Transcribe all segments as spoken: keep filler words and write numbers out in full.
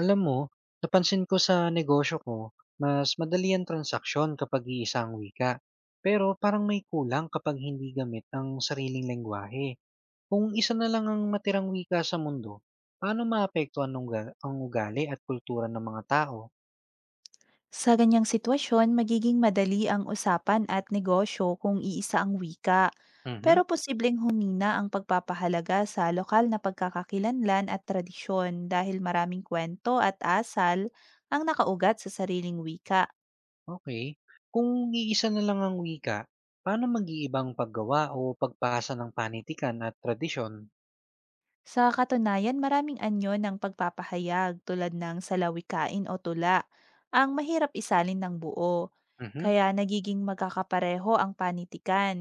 Alam mo, napansin ko sa negosyo ko, mas madali ang transaksyon kapag iisa ang wika. Pero parang may kulang kapag hindi gamit ang sariling lengguwahe. Kung isa na lang ang matirang wika sa mundo, paano maapektuhan ang uga- ang ugali at kultura ng mga tao? Sa ganyang sitwasyon, magiging madali ang usapan at negosyo kung iisa ang wika. Mhm. Pero posibleng humina ang pagpapahalaga sa lokal na pagkakakilanlan at tradisyon dahil maraming kwento at asal ang nakaugat sa sariling wika. Okay. Kung iisa na lang ang wika, paano mag-iibang paggawa o pagpasa ng panitikan at tradisyon? Sa katunayan, maraming anyo ng pagpapahayag tulad ng salawikain o tula ang mahirap isalin ng buo, Mhm. kaya nagiging magkakapareho ang panitikan,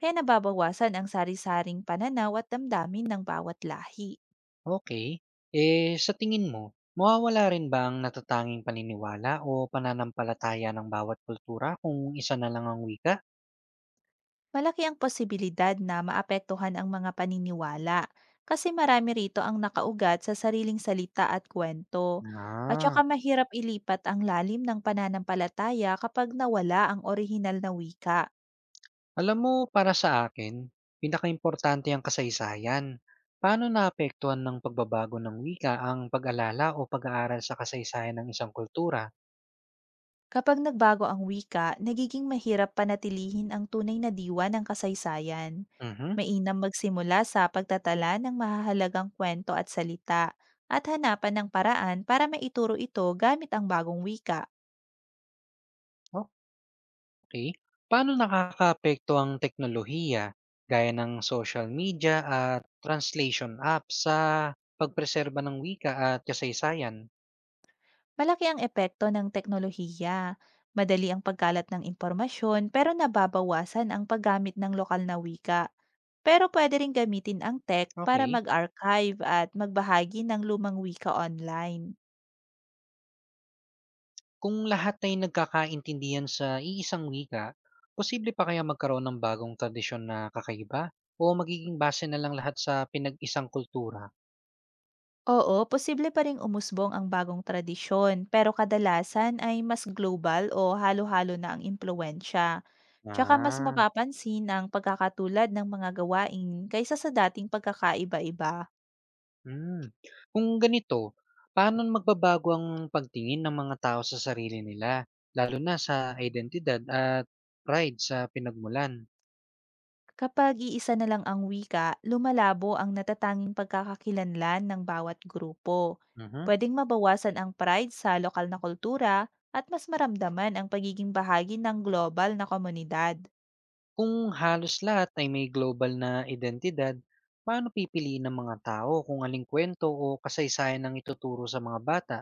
kaya nababawasan ang sari-saring pananaw at damdamin ng bawat lahi. Okay. Eh, sa tingin mo, mawawala rin ba ang natatanging paniniwala o pananampalataya ng bawat kultura kung isa na lang ang wika? Malaki ang posibilidad na maapektuhan ang mga paniniwala kasi marami rito ang nakaugat sa sariling salita at kwento. At Ah, saka mahirap ilipat ang lalim ng pananampalataya kapag nawala ang orihinal na wika. alam mo, para sa akin, pinakaimportante ang kasaysayan. Paano naapektuhan ng pagbabago ng wika ang pag-alala o pag-aaral sa kasaysayan ng isang kultura? Kapag nagbago ang wika, nagiging mahirap panatilihin ang tunay na diwa ng kasaysayan. Mhm. Mainam magsimula sa pagtatala ng mahahalagang kwento at salita at hanapan ng paraan para maituro ito gamit ang bagong wika. o Okey. Paano nakakaapekto ang teknolohiya, gaya ng social media at translation apps sa pagpreserba ng wika at kasaysayan? Malaki ang epekto ng teknolohiya. Madali ang pagkalat ng impormasyon pero nababawasan ang paggamit ng lokal na wika. Pero pwede rin gamitin ang tech para Okey. mag-archive at magbahagi ng lumang wika online. Kung lahat ay nagkakaintindihan sa iisang wika, posible pa kaya magkaroon ng bagong tradisyon na kakaiba o magiging base na lang lahat sa pinag-isang kultura? Oo, posible pa ring umusbong ang bagong tradisyon, pero kadalasan ay mas global o halo-halo na ang impluensya. Tsaka mas Ah. mapapansin ang pagkakatulad ng mga gawain kaysa sa dating pagkakaiba-iba. Hmm, kung ganito, paano magbabago ang pagtingin ng mga tao sa sarili nila, lalo na sa identidad at pride sa pinagmulan? Kapag iisa na lang ang wika, lumalabo ang natatanging pagkakakilanlan ng bawat grupo. Mhm. Pwedeng mabawasan ang pride sa lokal na kultura at mas maramdaman ang pagiging bahagi ng global na komunidad. Kung halos lahat ay may global na identidad, paano pipiliin ng mga tao kung aling kwento o kasaysayan ang ituturo sa mga bata?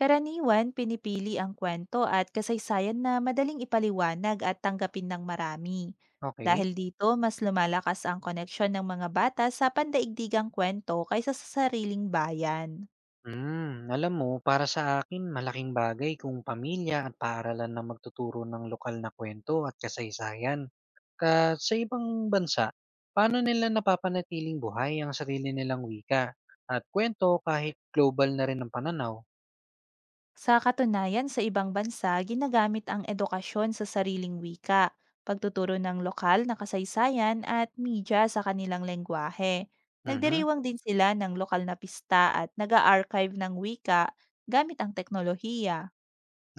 Karaniwan, pinipili ang kwento at kasaysayan na madaling ipaliwanag at tanggapin ng marami. Okay. Dahil dito, mas lumalakas ang koneksyon ng mga bata sa pandaigdigang kwento kaysa sa sariling bayan. Hmm, alam mo, para sa akin malaking bagay kung pamilya at paaralan na magtuturo ng lokal na kwento at kasaysayan. Ka sa ibang bansa, paano nila napapanatiling buhay ang sarili nilang wika at kwento kahit global na rin ang pananaw? Sa katunayan, sa ibang bansa, ginagamit ang edukasyon sa sariling wika, pagtuturo ng lokal na kasaysayan at media sa kanilang lengguwahe. Mhm. Nagdiriwang din sila ng lokal na pista at nag-archive ng wika gamit ang teknolohiya.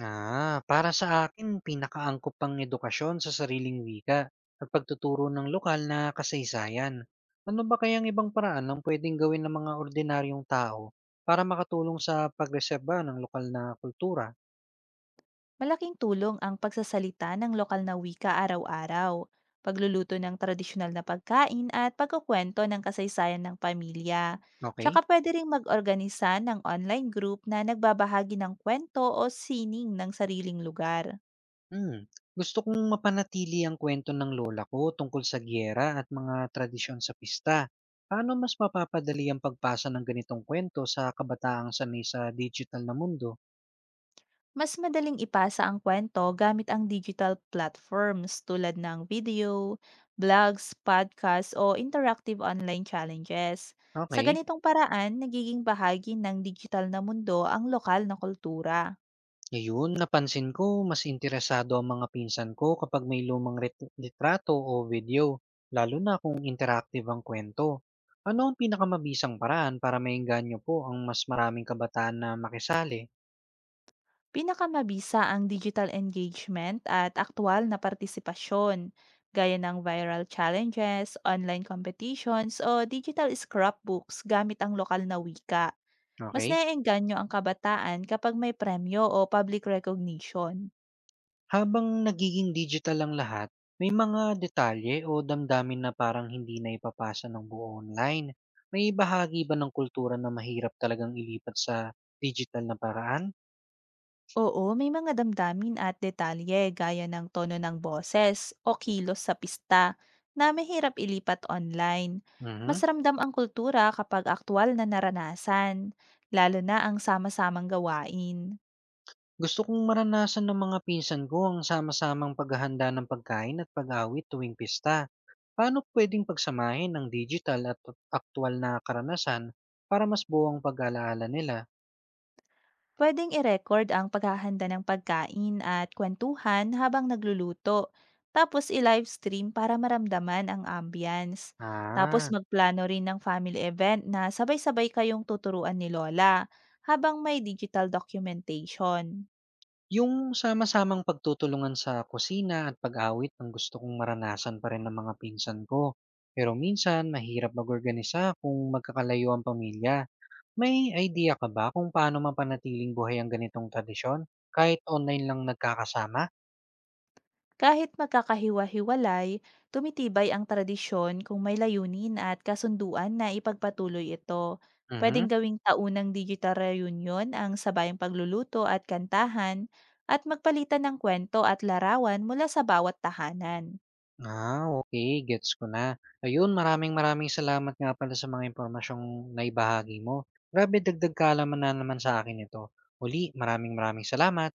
Ah, para sa akin pinakaangkop ang edukasyon sa sariling wika at pagtuturo ng lokal na kasaysayan. Ano ba kayang ibang paraan ang pwedeng gawin ng mga ordinaryong tao para makatulong sa pagreserba ng lokal na kultura? Malaking tulong ang pagsasalita ng lokal na wika araw-araw, pagluluto ng tradisyonal na pagkain at pagkukwento ng kasaysayan ng pamilya. Tsaka Okay? pwede rin mag-organisa ng online group na nagbabahagi ng kwento o sining ng sariling lugar. Hmm. Gusto kong mapanatili ang kwento ng lola ko tungkol sa giyera at mga tradisyon sa pista. Paano mas mapapadali ang pagpasa ng ganitong kwento sa kabataang sanay sa digital na mundo? Mas madaling ipasa ang kwento gamit ang digital platforms tulad ng video, blogs, podcasts o interactive online challenges. Sa Okay. ganitong paraan, nagiging bahagi ng digital na mundo ang lokal na kultura. Ayun, napansin ko mas interesado ang mga pinsan ko kapag may lumang rit- litrato o video, lalo na kung interactive ang kwento. Ano ang pinakamabisang paraan para maengganyo po ang mas maraming kabataan na makisali? Pinakamabisa ang digital engagement at aktual na partisipasyon, gaya ng viral challenges, online competitions o digital scrapbooks gamit ang lokal na wika. Mas Okay? naeengganyo ang kabataan kapag may premyo o public recognition. Habang nagiging digital ang lahat, may mga detalye o damdamin na parang hindi na ipapasa ng buo online. May bahagi ba ng kultura na mahirap talagang ilipat sa digital na paraan? Oo, may mga damdamin at detalye gaya ng tono ng boses o kilos sa pista na mahirap ilipat online. Mas Mhm. ramdam ang kultura kapag aktwal na naranasan, lalo na ang sama-samang gawain. Gusto kong maranasan ng mga pinsan ko ang sama-samang paghahanda ng pagkain at pag-awit tuwing pista. Paano pwedeng pagsamahin ang digital at aktwal na karanasan para mas buo ang pag-alaala nila? Pwedeng i-record ang paghahanda ng pagkain at kwentuhan habang nagluluto. Tapos i-livestream para maramdaman ang ambience. Tapos Ah, magplano rin ng family event na sabay-sabay kayong tuturuan ni Lola habang may digital documentation. yung sama-samang pagtutulungan sa kusina at pag-awit ang gusto kong maranasan pa rin ng mga pinsan ko. Pero minsan, mahirap mag-organisa kung magkakalayo ang pamilya. May idea ka ba kung paano mapanatiling buhay ang ganitong tradisyon kahit online lang nagkakasama? Kahit magkakahiwa-hiwalay, tumitibay ang tradisyon kung may layunin at kasunduan na ipagpatuloy ito. Pwedeng Mhm. gawing taunang digital reunion ang sabayang pagluluto at kantahan at magpalitan ng kwento at larawan mula sa bawat tahanan. Ah, okay, gets ko na. Ayun, maraming maraming salamat nga pala sa mga impormasyong naibahagi mo. Grabe, dagdag kaalaman na naman sa akin nito. Uli, maraming maraming salamat.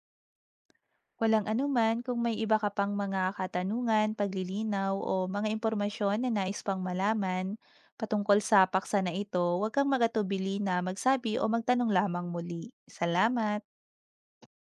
Walang anuman kung may iba ka pang mga katanungan, paglilinaw o mga impormasyon na nais pang malaman patungkol sa paksa na ito, huwag kang magatubili na magsabi o magtanong lamang muli. Salamat!